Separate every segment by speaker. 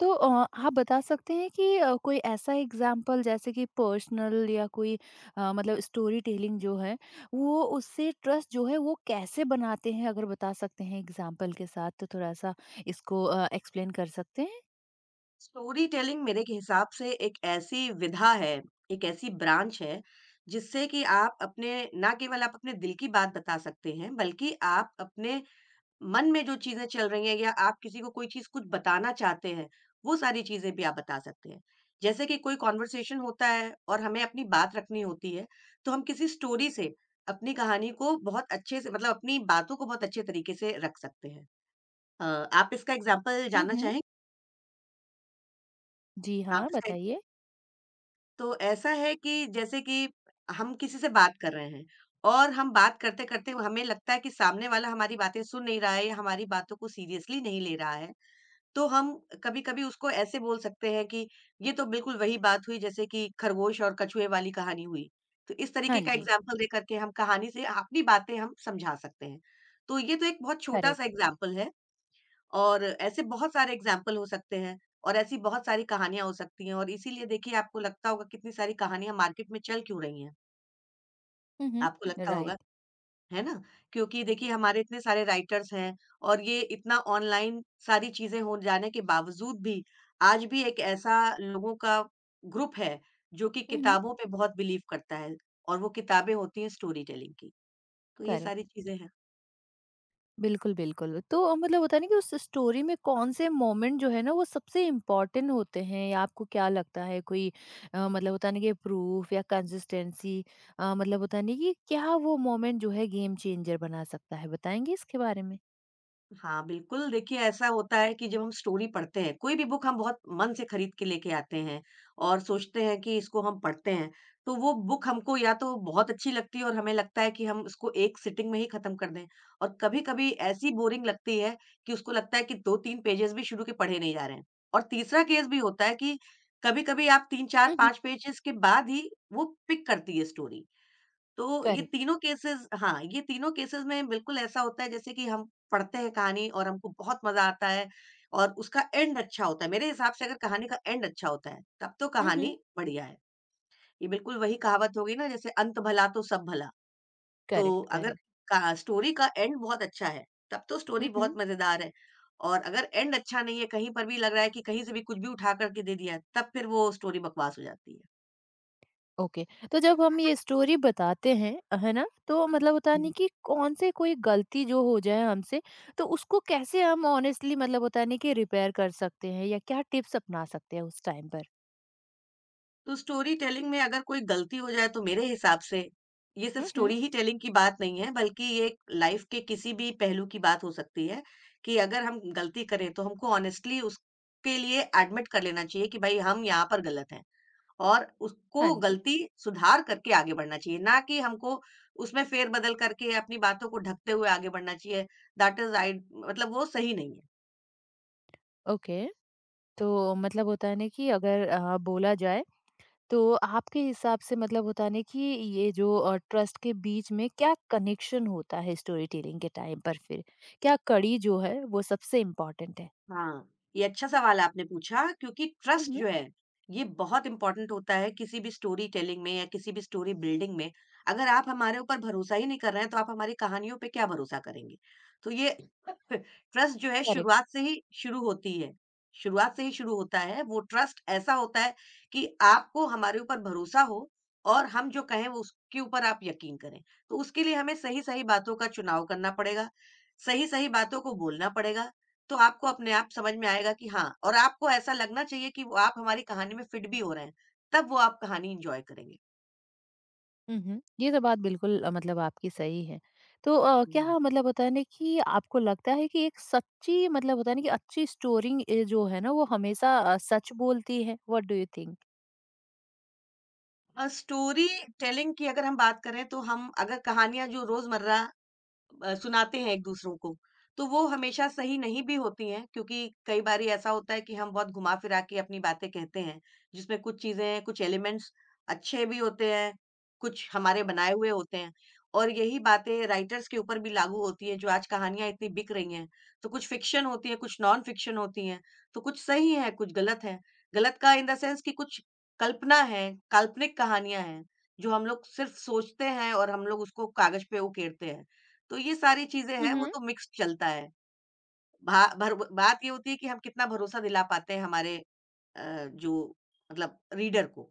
Speaker 1: तो आप बता सकते हैं कि कोई ऐसा एग्जाम्पल जैसे कि पर्सनल या कोई मतलब स्टोरी टेलिंग जो है वो उससे ट्रस्ट जो है वो कैसे बनाते हैं अगर बता सकते हैं एग्जाम्पल के साथ तो थोड़ा सा इसको एक्सप्लेन कर सकते हैं।
Speaker 2: स्टोरी टेलिंग मेरे के हिसाब से एक ऐसी विधा है, एक ऐसी ब्रांच है, जिससे कि आप अपने ना केवल आप अपने दिल की बात बता सकते हैं, बल्कि आप अपने मन में जो चीज़ें चल रही हैं या आप किसी को कोई चीज़ कुछ बताना चाहते हैं, वो सारी चीज़ें भी आप बता सकते हैं। जैसे कि कोई कन्वर्सेशन होता है और हमें अपनी बात रखनी होती है, तो हम किसी स्टोरी से अपनी कहानी को बहुत अच्छे से मतलब अपनी बातों को बहुत अच्छे तरीके से रख सकते हैं। अ, आप इसका एग्ज़ाम्पल जानना
Speaker 1: हम्म।
Speaker 2: चाहें?
Speaker 1: जी
Speaker 2: आप
Speaker 1: हाँ,
Speaker 2: इसका
Speaker 1: बताइए।
Speaker 2: तो ऐसा है कि जैसे कि हम किसी से बात कर रहे हैं और हम बात करते-करते हमें लगता है कि सामने वाला हमारी बातें सुन नहीं रहा है या हमारी बातों को सीरियसली नहीं ले रहा है, तो हम कभी-कभी उसको ऐसे बोल सकते हैं कि ये तो बिल्कुल वही बात हुई, जैसे कि खरगोश और कछुए वाली कहानी हुई। तो इस तरीके
Speaker 1: हाँ
Speaker 2: का
Speaker 1: जी।
Speaker 2: एग्ज़ाम्पल दे करके हम कहानी से अपनी बातें हम समझा सकते हैं। तो ये तो एक बहुत छोटा-सा
Speaker 1: करेक्ट।
Speaker 2: एग्ज़ाम्पल है और ऐसे बहुत सारे एग्जाम्पल हो सकते हैं और ऐसी बहुत सारी कहानियाँ हो सकती हैं, और इसीलिए देखिए, आपको लगता होगा कितनी सारी कहानियाँ मार्केट में चल क्यों रही हैं, आपको
Speaker 1: हम्म।
Speaker 2: लगता
Speaker 1: राइट।
Speaker 2: होगा, है ना? क्योंकि देखिए, हमारे इतने सारे राइटर्स हैं और ये इतना ऑनलाइन सारी चीज़ें हो जाने के बावजूद भी आज भी एक ऐसा लोगों का ग्रुप है जो कि
Speaker 1: हम्म।
Speaker 2: किताबों पे बहुत बिलीव करता है, और वो किताबें होती हैं स्टोरी टेलिंग की। तो ये
Speaker 1: करेक्ट।
Speaker 2: सारी चीज़ें हैं।
Speaker 1: बिल्कुल, बिल्कुल। तो मतलब होता है ना कि उस स्टोरी में कौन-से मोमेंट जो है ना, वो सबसे इम्पोर्टेंट होते हैं या आपको क्या लगता है कोई मतलब होता है ना कि प्रूफ या कंसिस्टेंसी मतलब होता है ना कि क्या वो मोमेंट जो है गेम चेंजर बना सकता है? बताएँगे इसके बारे में?
Speaker 2: हाँ, बिल्कुल। देखिए, ऐसा होता है कि जब हम स्टोरी पढ़ते हैं, कोई भी बुक हम बहुत मन से खरीद के लेके आते हैं और सोचते हैं कि इसको हम पढ़ते हैं, तो वो बुक हमको या तो बहुत अच्छी लगती है और हमें लगता है कि हम इसको एक सिटिंग में ही खत्म कर दें, और कभी-कभी ऐसी बोरिंग लगती है कि उसको लगता है कि 2-3 पेजेज़ भी शुरू के पढ़े नहीं जा रहे हैं। और तीसरा केस भी होता है कि कभी-कभी आप 3, 4,
Speaker 1: हुँ, हुँ।
Speaker 2: 5 पेजेज़ के बाद ही वो पिक करती है स्टोरी। तो ये
Speaker 1: करेक्ट।
Speaker 2: तीनों केसेस हाँ, ये तीनों केसेस में बिल्कुल ऐसा होता है जैसे कि हम पढ़ते हैं कहानी और हमको बहुत मज़ा आता है और उसका एंड अच्छा होता है। मेरे हिसाब से अगर कहानी का एंड अच्छा होता है, तब तो
Speaker 1: हुँ, हुँ।
Speaker 2: कहानी बढ़िया है। ये बिल्कुल वही कहावत हो गई ना, जैसे अंत भला तो सब भला। तो
Speaker 1: करेक्ट,
Speaker 2: अगर
Speaker 1: करेक्ट।
Speaker 2: का स्टोरी का एंड बहुत अच्छा है, तब तो
Speaker 1: हुँ,
Speaker 2: स्टोरी बहुत
Speaker 1: हुँ।
Speaker 2: मज़ेदार है। और अगर एंड अच्छा नहीं है, कहीं पर भी लग रहा है कि कहीं से भी कुछ भी उठा कर के दे दिया है, तब फिर वो स्टोरी बकवास हो जाती
Speaker 1: ओके। तो जब हम ये स्टोरी बताते हैं, है ना? तो मतलब होता
Speaker 2: है।
Speaker 1: नहीं कि कौन से कोई गलती जो हो जाए हमसे, तो उसको कैसे हम ऑनेस्टली मतलब होता नहीं कि रिपेयर कर सकते हैं या क्या टिप्स अपना सकते हैं उस टाइम पर?
Speaker 2: तो स्टोरी टेलिंग में अगर कोई गलती हो जाए तो मेरे हिसाब से ये सिर्फ
Speaker 1: हुँ, हुँ।
Speaker 2: स्टोरी ही टेलिंग की बात नहीं है, बल्कि ये लाइफ के किसी भी पहलू की बात हो सकती है, कि अगर हम गलती करें तो हमको ऑनेस्टली उसके लिए एडमिट कर लेना चाहिए कि भाई हम यहाँ पर गलत हैं, और उसको
Speaker 1: हाँ जी।
Speaker 2: गलती सुधार करके आगे बढ़ना चाहिए, ना कि हमको उसमें फेरबदल करके अपनी बातों को ढकते हुए आगे बढ़ना चाहिए। दैट इज आई मतलब वो सही नहीं है।
Speaker 1: ओके। तो मतलब होता है ना कि अगर बोला जाए तो आपके हिसाब से मतलब होता है ना कि ये जो ट्रस्ट के बीच में क्या कनेक्शन होता है स्टोरी टेलिंग के टाइम पर फिर? क्या कड़ी जो है वो सबसे इम्पोर्टेंट है?
Speaker 2: हाँ, ये अच्छा सवाल आपने पूछा क्योंकि
Speaker 1: हुँ,
Speaker 2: ट्रस्ट
Speaker 1: हुँ।
Speaker 2: जो है, ये बहुत इम्पोर्टेंट होता है किसी भी स्टोरी टेलिंग में या किसी भी स्टोरी बिल्डिंग में। अगर आप हमारे ऊपर भरोसा ही नहीं कर रहे हैं, तो आप हमारी कहानियों पे क्या भरोसा करेंगे? तो ये ट्रस्ट जो है,
Speaker 1: करेक्ट।
Speaker 2: शुरुआत से ही शुरू होती है। शुरुआत से ही शुरू होता है। वो ट्रस्ट ऐसा होता है कि आपको हमारे ऊपर भरोसा हो, और हम जो कहें वो उसके ऊपर आप यकीन करें। तो उसके लिए हमें सही-सही बातों का चुनाव करना पड़ेगा, सही-सही बातों को बोलना पड़ेगा। तो आपको अपने आप समझ में आएगा कि हाँ, और आपको ऐसा लगना चाहिए कि वो आप हमारी कहानी में फिट भी हो रहे हैं, तब वो आप कहानी एन्जॉय करेंगे।
Speaker 1: उहुँ। ये तो बात बिल्कुल मतलब आपकी सही है। तो
Speaker 2: हुँ।
Speaker 1: क्या मतलब होता है ना कि आपको लगता है कि एक सच्ची मतलब होता है ना कि अच्छी स्टोरी ए, जो है ना वो हमेशा सच बोलती है? What do you think?
Speaker 2: Storytelling की अगर हम बात करें तो हम अगर कहानियाँ जो रोज़मर्रा सुनाते हैं एक-दूसरों को, तो वो हमेशा सही नहीं भी होती हैं, क्योंकि कई बारी ऐसा होता है कि हम बहुत घुमा-फिरा के अपनी बातें कहते हैं, जिसमें कुछ चीज़ें, कुछ एलिमेंट्स अच्छे भी होते हैं, कुछ हमारे बनाए हुए होते हैं। और यही बातें राइटर्स के ऊपर भी लागू होती हैं, जो आज कहानियाँ इतनी बिक रही हैं। तो कुछ फ़िक्शन होती है, कुछ नॉन फ़िक्शन होती हैं, तो कुछ सही है, कुछ गलत है। गलत का इन द सेंस कि कुछ कल्पना है, काल्पनिक कहानियाँ हैं, जो हम लोग सिर्फ़ सोचते हैं और हम लोग उसको कागज़ पे उकेरते हैं। तो ये सारी चीज़ें हैं, वो
Speaker 1: उहुँ,
Speaker 2: तो मिक्स्ड चलता है। भा भर बात ये होती है कि हम कितना भरोसा दिला पाते हैं हमारे जो मतलब रीडर को,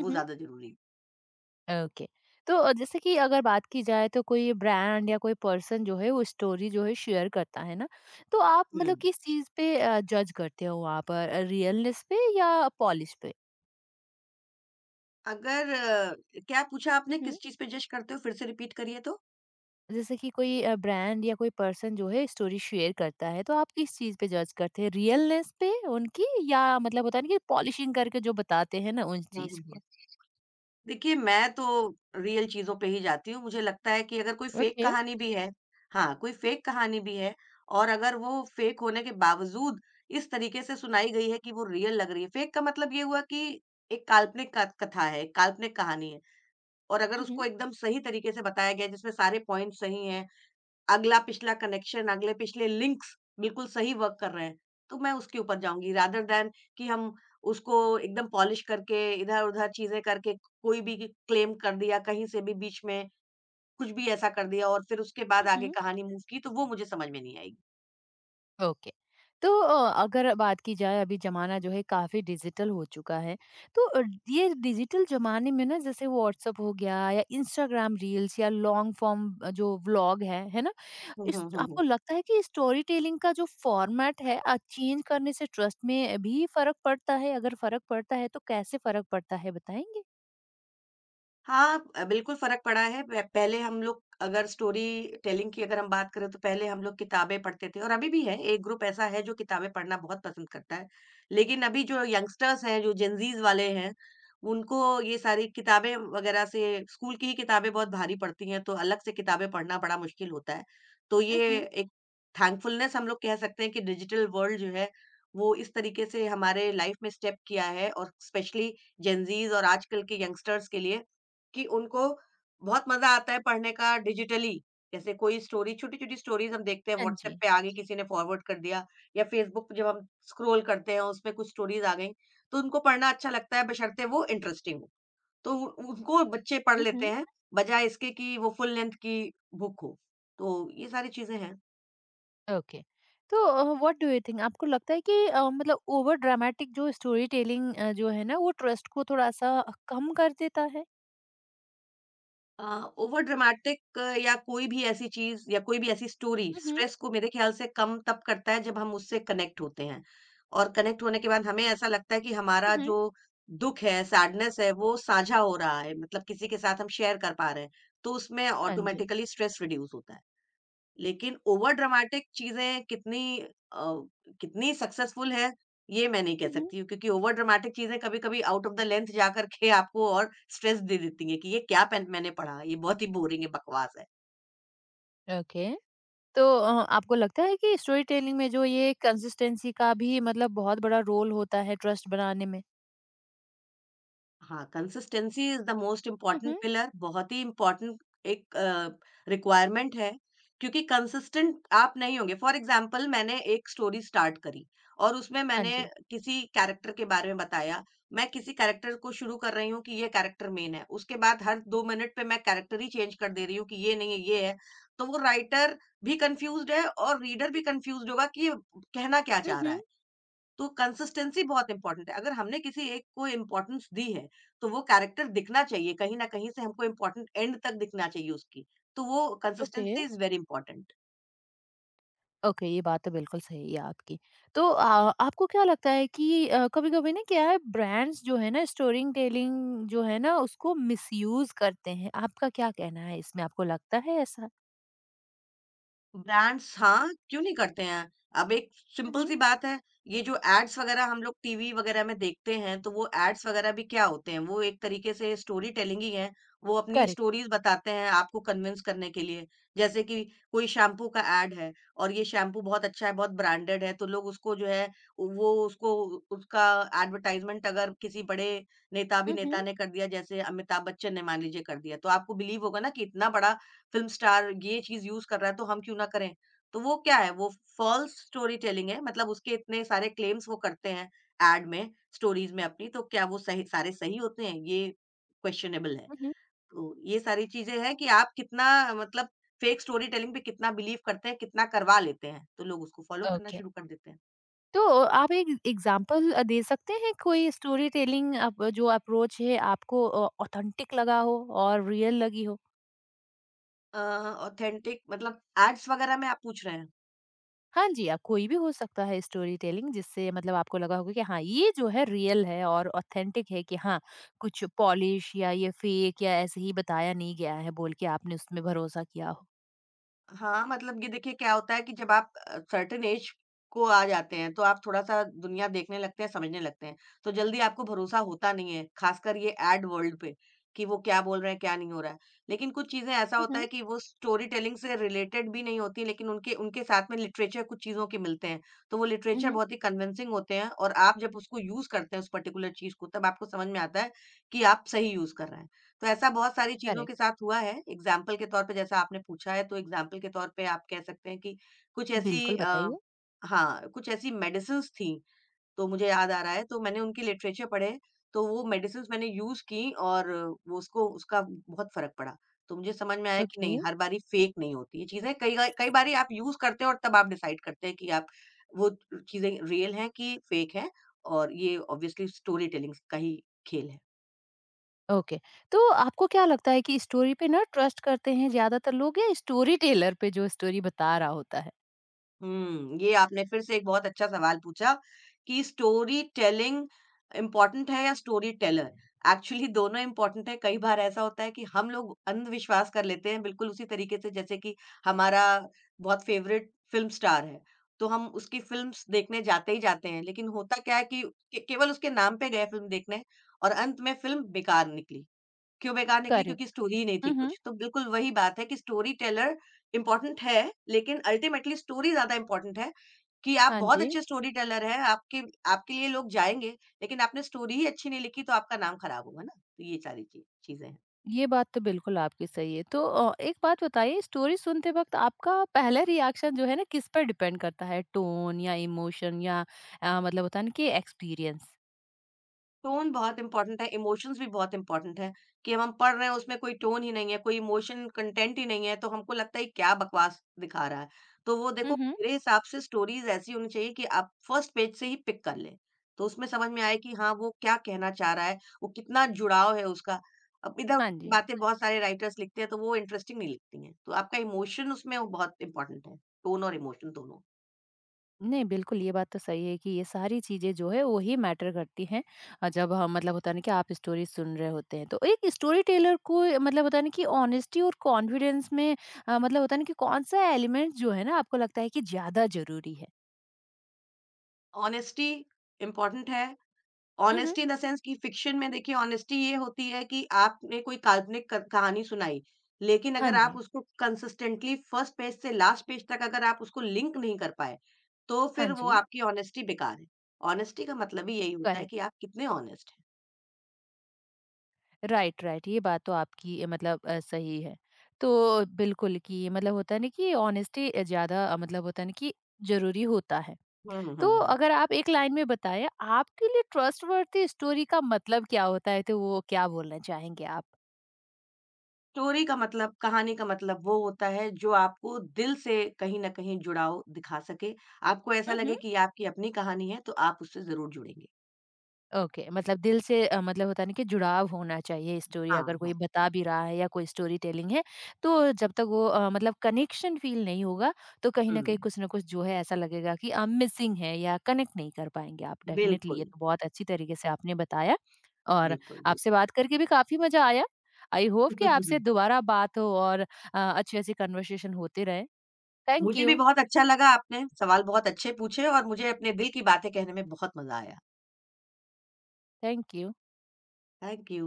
Speaker 2: वो ज़्यादा ज़रूरी है।
Speaker 1: ओके। तो जैसे कि अगर बात की जाए तो कोई ब्रांड या कोई पर्सन जो है वो स्टोरी जो है शेयर करता है ना, तो आप
Speaker 2: हुँ।
Speaker 1: मतलब किस चीज़ पे जज करते हो वहाँ पर रियलनेस पे या पॉलिश
Speaker 2: अगर अ, क्या पूछा आपने,
Speaker 1: पे?
Speaker 2: किस चीज़ पे जज करते हो? फिर से रिपीट करिए तो?
Speaker 1: जैसे कि कोई ब्रांड या कोई पर्सन जो है स्टोरी शेयर करता है, तो आप किस चीज़ पे जज करते हैं? रियलनेस पे उनकी या मतलब होता है ना कि पॉलिशिंग करके जो बताते हैं ना उस
Speaker 2: हम्म
Speaker 1: चीज़
Speaker 2: हम्म,
Speaker 1: को?
Speaker 2: देखिए, मैं तो रियल चीज़ों पे ही जाती हूँ। मुझे लगता है कि अगर कोई फ़ेक
Speaker 1: ओके।
Speaker 2: कहानी भी है, हाँ, कोई फ़ेक कहानी भी है, और अगर वो फ़ेक होने के बावजूद इस तरीके से सुनाई गई है कि वो रियल लग रही है। फ़ेक का मतलब ये हुआ कि एक काल्पनिक क कथा है, एक काल्पनिक कहानी है, और अगर
Speaker 1: हुँ,
Speaker 2: उसको
Speaker 1: हुँ।
Speaker 2: एकदम सही तरीके से बताया गया है, जिसमें सारे पॉइंट सही हैं, अगला-पिछला कनेक्शन, अगले-पिछले लिंक्स बिल्कुल सही वर्क कर रहे हैं, तो मैं उसके ऊपर जाऊँगी रादर दैन कि हम उसको एकदम पॉलिश करके, इधर-उधर चीज़ें करके कोई भी क्लेम कर दिया, कहीं से भी बीच में कुछ भी ऐसा कर दिया और फिर उसके बाद
Speaker 1: हुँ,
Speaker 2: आगे
Speaker 1: हुँ।
Speaker 2: कहानी मूव की, तो वो मुझे समझ में नहीं आएगी।
Speaker 1: ओके। तो अगर बात की जाए अभी ज़माना जो है काफ़ी डिजिटल हो चुका है, तो ये डिजिटल ज़माने में ना जैसे व्हाट्सएप हो गया या इंस्टाग्राम रील्स या लॉन्ग फॉर्म जो व्लॉग है
Speaker 2: हुँ,
Speaker 1: इस
Speaker 2: हुँ, हुँ, हुँ।
Speaker 1: आपको लगता है कि स्टोरी टेलिंग का जो फॉर्मेट है चेंज करने से ट्रस्ट में भी फ़र्क पड़ता है? अगर फ़र्क पड़ता है तो कैसे फ़र्क पड़ता है बताएँगे?
Speaker 2: हाँ, बिल्कुल फ़र्क पड़ा है। प पहले हम लोग अगर स्टोरी टेलिंग की अगर हम बात करें तो पहले हम लोग किताबें पढ़ते थे, और अभी भी है, एक ग्रुप ऐसा है जो किताबें पढ़ना बहुत पसंद करता है। लेकिन अभी जो यंगस्टर्स हैं, जो जेनज़ीज़ वाले हैं, उनको ये सारी किताबें वगैरह से स्कूल की ही किताबें बहुत भारी पड़ती हैं, तो अलग से किताबें पढ़ना बड़ा मुश्किल होता है। तो
Speaker 1: हुँ,
Speaker 2: ये
Speaker 1: हुँ।
Speaker 2: एक थैंकफुलनेस हम लोग कह सकते हैं कि डिजिटल वर्ल्ड जो है, वो इस तरीके से हमारे लाइफ़ में स्टेप किया है, और स्पेशली जेनज़ीज़ और आजकल के यंगस्टर्स के लिए कि उनको बहुत मज़ा आता है पढ़ने का डिजिटली। जैसे कोई स्टोरी, छोटी-छोटी स्टोरीज़ हम देखते हैं,
Speaker 1: हाँ
Speaker 2: व्हाट्सएप
Speaker 1: जी।
Speaker 2: पे आ गई, किसी ने फॉरवर्ड कर दिया या फ़ेसबुक पे जब हम स्क्रॉल करते हैं उसमें कुछ स्टोरीज़ आ गई, तो उनको पढ़ना अच्छा लगता है बशर्ते वो इंटरेस्टिंग हो। तो उ उनको बच्चे पढ़
Speaker 1: हुँ,
Speaker 2: लेते
Speaker 1: हुँ।
Speaker 2: हैं, बजाए इसके कि वो फुल लेंथ की बुक हो। तो ये सारी चीज़ें हैं।
Speaker 1: ओके। तो व्हाट डू यू थिंक आपको लगता है कि मतलब ओवर ड्रामेटिक जो स्टोरी टेलिंग जो है ना वो ट्रस्ट को थोड़ा-सा कम कर देता है?
Speaker 2: अ, ओवर ड्रामेटिक या कोई भी ऐसी चीज़ या कोई भी ऐसी स्टोरी
Speaker 1: हुँ, हुँ।
Speaker 2: स्ट्रेस को मेरे ख़्याल से कम तब करता है जब हम उससे कनेक्ट होते हैं। और कनेक्ट होने के बाद हमें ऐसा लगता है कि
Speaker 1: हुँ,
Speaker 2: हमारा
Speaker 1: हुँ।
Speaker 2: जो दुःख है, सैडनेस है, वो साझा हो रहा है, मतलब किसी के साथ हम शेयर कर पा रहे हैं, तो उसमें
Speaker 1: हाँ जी।
Speaker 2: ऑटोमैटिकली स्ट्रेस रिड्यूस होता है। लेकिन ओवर ड्रामेटिक चीज़ें कितनी सक्सेसफुल है, ये मैं नहीं कह
Speaker 1: हुँ, हुँ।
Speaker 2: सकती हूँ, क्योंकि ओवर ड्रामेटिक चीज़ें कभी-कभी आउट ऑफ द लेंथ जा कर के आपको और स्ट्रेस दे देती हैं कि ये क्या पेन मैंने पढ़ा, ये बहुत ही बोरिंग है, बकवास है।
Speaker 1: ओके। तो आपको लगता है कि स्टोरी टेलिंग में जो ये कंसिस्टेंसी का भी मतलब बहुत बड़ा रोल होता है ट्रस्ट बनाने में?
Speaker 2: हाँ, consistency is the most
Speaker 1: hmm,
Speaker 2: important
Speaker 1: hmm.
Speaker 2: Pillar, बहुत ही इम्पोर्टेंट एक रिक्वायरमेंट है, क्योंकि कंसिस्टेंट आप नहीं होंगे। फॉर एग्ज़ाम्पल मैंने एक स्टोरी स्टार्ट करी और उसमें
Speaker 1: हाँ
Speaker 2: मैंने
Speaker 1: जी।
Speaker 2: किसी कैरेक्टर के बारे में बताया। मैं किसी कैरेक्टर को शुरू कर रही हूँ कि ये कैरेक्टर मेन है, उसके बाद हर 2 मिनट पे मैं कैरेक्टर ही चेंज कर दे रही हूँ कि ये नहीं है, ये है। तो वो राइटर भी कन्फ्यूज़्ड है, और रीडर भी कन्फ्यूज़्ड होगा कि ये कहना क्या
Speaker 1: हुँ,
Speaker 2: चाह रहा
Speaker 1: हुँ।
Speaker 2: है। तो कंसिस्टेंसी बहुत इंपॉर्टेंट है। अगर हमने किसी एक को इम्पोर्टेंस दी है, तो वो कैरेक्टर दिखना चाहिए, कहीं न कहीं से हमको इम्पोर्टेंट एंड तक दिखना चाहिए उसकी। तो वो
Speaker 1: okay,
Speaker 2: consistency is very important.
Speaker 1: Okay, ये बात तो बिल्कुल सही है आपकी। तो आपको क्या लगता है कि कभी-कभी ना क्या है ब्रांड्स जो है ना स्टोरी टेलिंग जो है ना उसको मिसयूज़ करते हैं, आपका क्या कहना है इसमें? आपको लगता है ऐसा?
Speaker 2: ब्रांड्स, हाँ, क्यों नहीं करते हैं? अब एक
Speaker 1: हुँ,
Speaker 2: सिंपल
Speaker 1: हुँ।
Speaker 2: सी बात है, ये जो एड्स वगैरह हम लोग टीवी वगैरह में देखते हैं, तो वो एड्स वगैरह भी क्या होते हैं? वो एक तरीके से स्टोरी टेलिंग ही है। वो अपनी
Speaker 1: करेक्ट।
Speaker 2: स्टोरीज बताते हैं आपको कन्विंस करने के लिए। जैसे कि कोई शैम्पू का एड है और ये शैम्पू बहुत अच्छा है, बहुत ब्रांडेड है, तो लोग उसको जो है वो उसको उसका एडवर्टाइज़मेंट अगर किसी बड़े
Speaker 1: हुँ, हुँ।
Speaker 2: नेता-अभिनेता ने कर दिया, जैसे अमिताभ बच्चन ने मान लीजिए कर दिया, तो आपको बिलीव होगा ना कि इतना बड़ा फिल्म स्टार ये चीज़ यूज़ कर रहा है तो हम क्यों ना करें? तो वो क्या है वो फ़ॉल्स स्टोरी टेलिंग है मतलब उसके इतने सारे क्लेम्स वो करते हैं एड में, स्टोरीज़ में अपनी तो क्या वो सही सारे सही होते हैं? ये क्वेश्चनेबल है।
Speaker 1: हुँ, हुँ।
Speaker 2: तो ये सारी चीज़ें हैं कि आप कितना मतलब फ़ेक स्टोरी टेलिंग पे कितना बिलीव करते हैं, कितना करवा लेते हैं, तो लोग उसको फ़ॉलो करना
Speaker 1: ओके।
Speaker 2: शुरू कर देते हैं।
Speaker 1: तो आप एक एग्ज़ाम्पल दे सकते हैं कोई स्टोरी टेलिंग अप जो अप्रोच है आपको ऑथेंटिक लगा हो और रियल लगी हो?
Speaker 2: अ, ऑथेंटिक मतलब एड्स वगैरह में आप पूछ रहे हैं?
Speaker 1: हाँ जी, आप कोई भी हो सकता है स्टोरी टेलिंग जिससे मतलब आपको लगा होगा कि हाँ, ये जो है रियल है और ऑथेंटिक है कि हाँ, कुछ पॉलिश या ये फेक या ऐसे ही बताया नहीं गया है बोल के आपने उसमें भरोसा किया हो।
Speaker 2: हाँ, मतलब ये देखिए क्या होता है कि जब आप सर्टेन एज को आ जाते हैं, तो आप थोड़ा-सा दुनिया देखने लगते हैं, समझने लगते हैं। तो जल्दी आपको भरोसा होता नहीं है, खासकर ये एड वर्ल्ड पे, कि वो क्या बोल रहे हैं, क्या नहीं हो रहा है। लेकिन कुछ चीज़ें ऐसा
Speaker 1: हुँ,
Speaker 2: होता
Speaker 1: हुँ।
Speaker 2: है कि वो स्टोरी टेलिंग से रिलेटेड भी नहीं होती, लेकिन उनके उनके साथ में लिटरेचर कुछ चीज़ों के मिलते हैं। तो वो
Speaker 1: हुँ,
Speaker 2: लिटरेचर
Speaker 1: हुँ।
Speaker 2: बहुत ही कन्विंसिंग होते हैं और आप जब उसको यूज़ करते हैं उस पर्टिकुलर चीज़ को, तब आपको समझ में आता है कि आप सही यूज़ कर रहे हैं। तो ऐसा बहुत सारी चीज़ों के
Speaker 1: करेक्ट।
Speaker 2: साथ हुआ है, एग्ज़ाम्पल के तौर पे जैसा आपने पूछा है, तो एग्ज़ाम्पल के तौर पे आप कह सकते हैं कि कुछ ऐसी
Speaker 1: बिल्कुल,
Speaker 2: अ,
Speaker 1: बताइए?
Speaker 2: हाँ, कुछ ऐसी मेडिसिन्स थीं, तो मुझे याद आ रहा है, तो मैंने उनके लिटरेचर पढ़े, तो वो मेडिसिन्स मैंने यूज़ की और वो उसको उसका बहुत फ़र्क पड़ा। तो मुझे समझ में आया कि
Speaker 1: ओके।
Speaker 2: नहीं, हर बारी फ़ेक नहीं होती ये चीज़ें, कई बार कई बारी आप यूज़ करते हो और तब आप डिसाइड करते हैं कि आप वो चीज़ें रियल हैं कि फ़ेक हैं और ये ऑब्वियसली स्टोरी टेलिंग्स का ही खेल है।
Speaker 1: ओके। तो आपको क्या लगता है कि स्टोरी पे ना ट्रस्ट करते हैं ज़्यादातर लोग या स्टोरी टेलर पे जो स्टोरी बता रहा होता है?
Speaker 2: हुँ, ये आपने फिर से एक बहुत अच्छा सवाल पूछा कि स्टोरी टेलिंग इम्पोर्टेंट है या स्टोरी टेलर? एक्चुअली दोनों इम्पोर्टेंट है। कई बार ऐसा होता है कि हम लोग अंधविश्वास कर लेते हैं बिल्कुल उसी तरीके से जैसे कि हमारा बहुत फ़ेवरेट फ़िल्म स्टार है, तो हम उसकी फ़िल्म्स देखने जाते ही जाते हैं। लेकिन होता क्या है कि के केवल उसके नाम पे गए फ़िल्म देखने और अंत में फ़िल्म बेकार निकली। क्यों बेकार निकली?
Speaker 1: करेक्ट।
Speaker 2: क्योंकि स्टोरी ही नहीं थी
Speaker 1: हुँ, हुँ।
Speaker 2: कुछ। तो बिल्कुल वही बात है कि स्टोरी टेलर इम्पोर्टेंट है, लेकिन अल्टीमेटली स्टोरी ज़्यादा इम्पोर्टेंट है कि आप
Speaker 1: हाँ
Speaker 2: बहुत
Speaker 1: जी।
Speaker 2: अच्छे स्टोरी टेलर हैं, आपके आपके लिए लोग जाएँगे, लेकिन आपने स्टोरी ही अच्छी नहीं लिखी तो आपका नाम खराब होगा ना। तो ये सारी ची चीज़ें हैं।
Speaker 1: ये बात तो बिल्कुल आपकी सही है। तो एक बात बताइए स्टोरी सुनते वक़्त आपका पहला रिएक्शन जो है ना किस पर डिपेंड करता है? टोन या इमोशन या मतलब होता है ना कि एक्सपीरियंस?
Speaker 2: टोन बहुत इम्पोर्टेंट है, इमोशंस भी बहुत इम्पोर्टेंट है, कि अब हम पढ़ रहे हैं उसमें कोई टोन ही नहीं है, कोई इमोशन कंटेंट ही नहीं है, तो हमको लगता है क्या बकवास दिखा रहा है। तो वो देखो
Speaker 1: हुँ, हुँ।
Speaker 2: मेरे हिसाब से स्टोरीज़ ऐसी होनी चाहिए कि आप फर्स्ट पेज से ही पिक कर लें। तो उसमें समझ में आए कि हाँ, वो क्या कहना चाह रहा है, वो कितना जुड़ाव है उसका। अब इधर
Speaker 1: हाँ
Speaker 2: उधर की
Speaker 1: जी।
Speaker 2: बातें बहुत सारे राइटर्स लिखते हैं तो वो इंटरेस्टिंग नहीं लिखती हैं। तो आपका इमोशन उसमें वो बहुत इम्पोर्टेंट है, टोन और इमोशन दोनों।
Speaker 1: नहीं, बिल्कुल ये बात तो सही है कि ये सारी चीज़ें जो है वो ही मैटर करती हैं जब हम मतलब होता है ना कि आप स्टोरी सुन रहे होते हैं। तो एक स्टोरी टेलर को मतलब होता है ना कि ऑनेस्टी और कॉन्फिडेंस में मतलब होता है ना कि कौन-सा एलिमेंट जो है ना आपको लगता है कि ज़्यादा ज़रूरी है?
Speaker 2: ऑनेस्टी इम्पोर्टेंट है।
Speaker 1: हुँ, हुँ।
Speaker 2: ऑनेस्टी इन द सेंस कि फ़िक्शन में देखिए ऑनेस्टी ये होती है कि आपने कोई काल्पनिक क कहानी सुनाई, लेकिन
Speaker 1: हाँ
Speaker 2: अगर आप
Speaker 1: जी।
Speaker 2: उसको कंसिस्टेंटली फर्स्ट पेज से लास्ट पेज तक अगर आप उसको लिंक नहीं कर पाए, तो
Speaker 1: हाँ
Speaker 2: फिर वो
Speaker 1: जी।
Speaker 2: आपकी ऑनेस्टी बेकार है। ऑनेस्टी का मतलब ही यही होता है कि
Speaker 1: करेक्ट।
Speaker 2: आप कितने ऑनेस्ट हैं।
Speaker 1: Right, right. ये बात तो आपकी सही है। तो बिल्कुल कि मतलब होता है ना कि ऑनेस्टी ज़्यादा मतलब होता है ना कि ज़रूरी होता है।
Speaker 2: हुँ, हुँ,
Speaker 1: तो
Speaker 2: हुँ।
Speaker 1: अगर आप एक लाइन में बताएँ, आपके लिए ट्रस्टवर्थी स्टोरी का मतलब क्या होता है? तो वो क्या बोलना चाहेंगे आप?
Speaker 2: स्टोरी का मतलब, कहानी का मतलब वो होता है जो आपको दिल से कहीं न कहीं जुड़ाव दिखा सके, आपको ऐसा
Speaker 1: हुँ,
Speaker 2: लगे
Speaker 1: हुँ।
Speaker 2: कि ये आपकी अपनी कहानी है, तो आप उससे ज़रूर जुड़ेंगे।
Speaker 1: ओके, मतलब दिल से मतलब होता है ना कि जुड़ाव होना चाहिए स्टोरी
Speaker 2: हाँ,
Speaker 1: अगर कोई
Speaker 2: हाँ।
Speaker 1: बता भी रहा है या कोई स्टोरी टेलिंग है तो जब तक वो मतलब कनेक्शन फील नहीं होगा तो कहीं
Speaker 2: हुँ,
Speaker 1: ना कहीं कुछ ना कुछ जो है ऐसा लगेगा कि हम मिसिंग है या कनेक्ट नहीं कर पाएंगे आप डेफिनेटली ये
Speaker 2: बिल्कुल,
Speaker 1: तो बहुत अच्छी तरीके से आपने बताया और
Speaker 2: बिल्कुल, बिल्कुल।
Speaker 1: आपसे बात करके भी काफी मजा आया। आई होप कि आपसे दोबारा बात हो और अच्छी अच्छी कन्वर्सेशन होते रहे। थैंक
Speaker 2: मुझे भी
Speaker 1: यू।
Speaker 2: बहुत अच्छा लगा आपने सवाल बहुत अच्छे पूछे और मुझे अपने दिल की बातें कहने में बहुत मज़ा आया।
Speaker 1: Thank you.
Speaker 2: Thank you.